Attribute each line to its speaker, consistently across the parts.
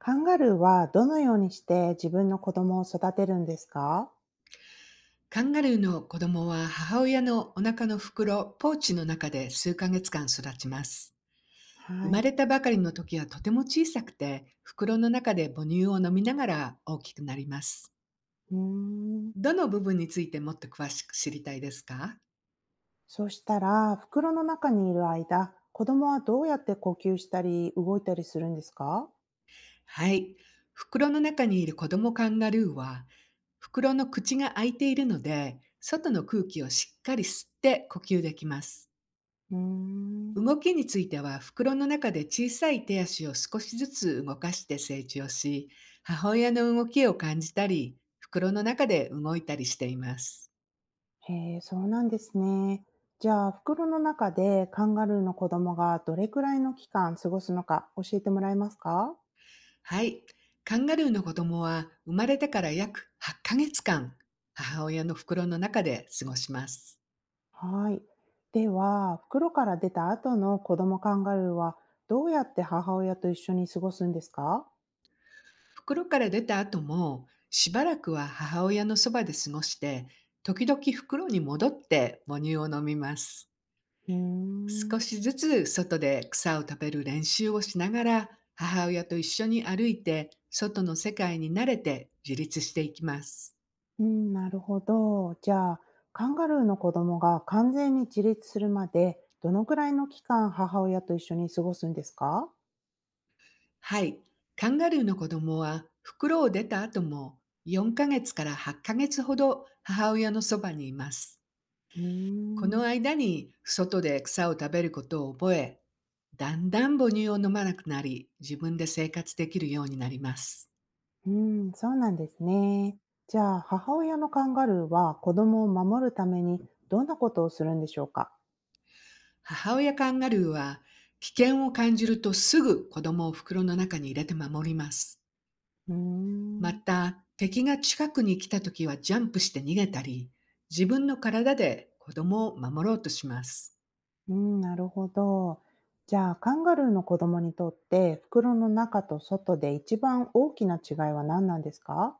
Speaker 1: カンガルーはどのようにして自分の子供を育てるんですか？
Speaker 2: カンガルーの子供は母親のお腹の袋、ポーチの中で数ヶ月間育ちます。生
Speaker 1: は
Speaker 2: ま
Speaker 1: い。
Speaker 2: れたばかりの時はとても小さくて、袋の中で母乳を飲みながら大きくなります。
Speaker 1: うーん。
Speaker 2: どの部分についてもっと詳しく知りたいですか？
Speaker 1: そしたら、袋の中にいる間、子供はどうやって呼吸したり動いたりするんですか？
Speaker 2: はい。袋の中にいる子供カンガルーは、袋の口が開いているので、外の空気をしっかり吸って呼吸できます。
Speaker 1: うーん。
Speaker 2: 動きについては、袋の中で小さい手足を少しずつ動かして成長し、母親の動きを感じたり、袋の中で動いたりしています。
Speaker 1: へえ、そうなんですね。じゃあ、袋の中でカンガルーの子供がどれくらいの期間過ごすのか教えてもらえますか？
Speaker 2: はい。カンガルーの子供は生まれてから約8ヶ月間、母親の袋の中で過ごします。
Speaker 1: はい。では、袋から出た後の子供カンガルーはどうやって母親と一緒に過ごすんですか？
Speaker 2: 袋から出た後も、しばらくは母親のそばで過ごして、時々袋に戻って母乳を飲みます。
Speaker 1: うー
Speaker 2: 少
Speaker 1: ん、
Speaker 2: しずつ外で草を食べる練習をしながら、母親と一緒に歩いて、外の世界に慣れて自立していきます。
Speaker 1: うん、なるほど。じゃあ、カンガルーの子供が完全に自立するまで、どのくらいの期間母親と一緒に過ごすんですか？
Speaker 2: はい。カンガルーの子供は袋を出た後も、4ヶ月から8ヶ月ほど母親のそばにいます。
Speaker 1: うー
Speaker 2: この
Speaker 1: ん、
Speaker 2: 間に外で草を食べることを覚え、だんだん母乳を飲まなくなり、自分で生活できるようになります。
Speaker 1: うん、そうなんですね。じゃあ、母親のカンガルーは子供を守るためにどんなことをするんでしょうか？
Speaker 2: 母親カンガルーは、危険を感じるとすぐ子供を袋の中に入れて守ります。
Speaker 1: うー
Speaker 2: ま
Speaker 1: ん、
Speaker 2: た、敵が近くに来た時はジャンプして逃げたり、自分の体で子供を守ろうとします。
Speaker 1: うん、なるほど。じゃあ、カンガルーの子供にとって袋の中と外で一番大きな違いは何なんですか？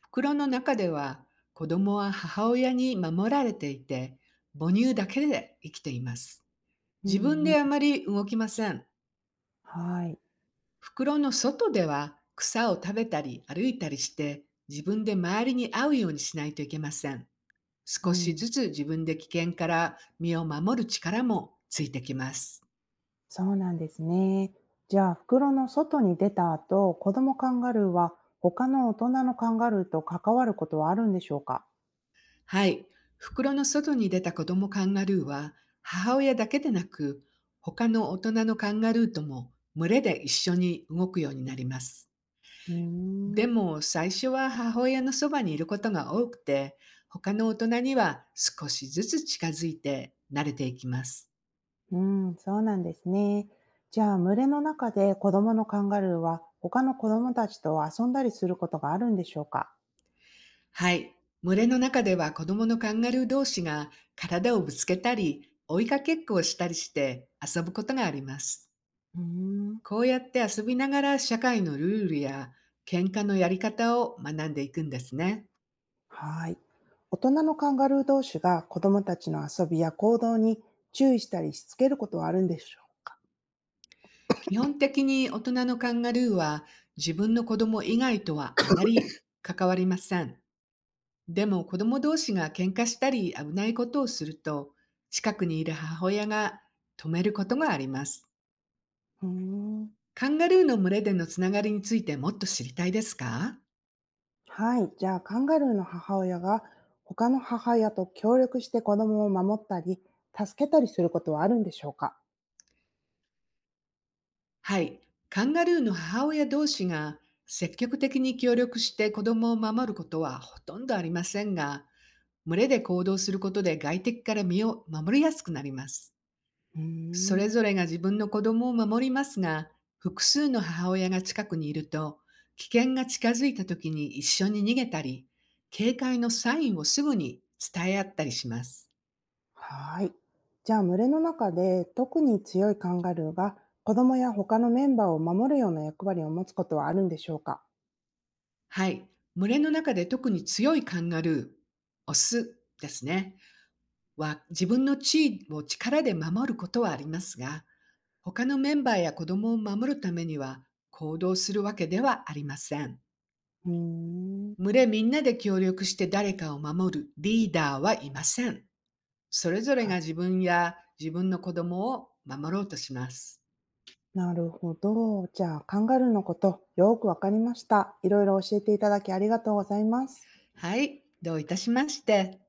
Speaker 2: 袋の中では、子供は母親に守られていて、母乳だけで生きています。
Speaker 1: う
Speaker 2: 自分
Speaker 1: ん、うん、
Speaker 2: であまり動きません。
Speaker 1: はい。
Speaker 2: 袋の外では草を食べたり歩いたりして、自分で周りに会うようにしないといけません。
Speaker 1: う
Speaker 2: 少し
Speaker 1: ん、
Speaker 2: ずつ自分で危険から身を守る力もついてきます。
Speaker 1: そうなんですね。じゃあ、袋の外に出た後、子供カンガルーは他の大人のカンガルーと関わることはあるんでしょうか？
Speaker 2: はい。袋の外に出た子供カンガルーは、母親だけでなく、他の大人のカンガルーとも群れで一緒に動くようになります。
Speaker 1: うー
Speaker 2: で
Speaker 1: ん、
Speaker 2: も最初は母親のそばにいることが多くて、他の大人には少しずつ近づいて慣れていきます。
Speaker 1: うん、そうなんですね。じゃあ、群れの中で子供のカンガルーは他の子供たちと遊んだりすることがあるんでしょうか？
Speaker 2: はい。群れの中では子供のカンガルー同士が体をぶつけたり、追いかけっこをしたりして遊ぶことがあります。
Speaker 1: うーん、
Speaker 2: こうやって遊びながら社会のルールや喧嘩のやり方を学んでいくんですね。
Speaker 1: はい。大人のカンガルー同士が子供たちの遊びや行動に注意したりしつけることはあるんでしょ
Speaker 2: 基本的に大人のカンガルーは自分の子供以外とはあまり関わりません。でも子供同士が喧嘩したり危ないことをすると、近くにいる母親が止めることがあります。
Speaker 1: う？うーん。
Speaker 2: カンガルーの群れでのつながりについてもっと知りたいですか？
Speaker 1: はい。じゃあ、カンガルーの母親が他の母親と協力して子供を守ったり、助けたりすることはあるんでしょうか？
Speaker 2: はい。カンガルーの母親同士が積極的に協力して子供を守ることはほとんどありませんが、群れで行動することで外敵から身を守りやすくなります。
Speaker 1: うー
Speaker 2: そ
Speaker 1: ん。
Speaker 2: れぞれが自分の子供を守りますが、複数の母親が近くにいると、危険が近づいた時に一緒に逃げたり、警戒のサインをすぐに伝え合ったりします。
Speaker 1: はい。じゃあ、群れの中で特に強いカンガルーが子供や他のメンバーを守るような役割を持つことはあるんでしょうか？
Speaker 2: はい。群れの中で特に強いカンガルー、オスですね、は自分の地位を力で守ることはありますが、他のメンバーや子供を守るためには行動するわけではありません。
Speaker 1: うーん。
Speaker 2: 群れみんなで協力して誰かを守るリーダーはいません。それぞれ
Speaker 1: は
Speaker 2: が
Speaker 1: い。
Speaker 2: 自分や自分の子供を守ろうとします。
Speaker 1: なるほど。じゃあ、カンガルーのこと、よくわかりました。いろいろ教えていただきありがとうございます。
Speaker 2: はい。どういたしまして。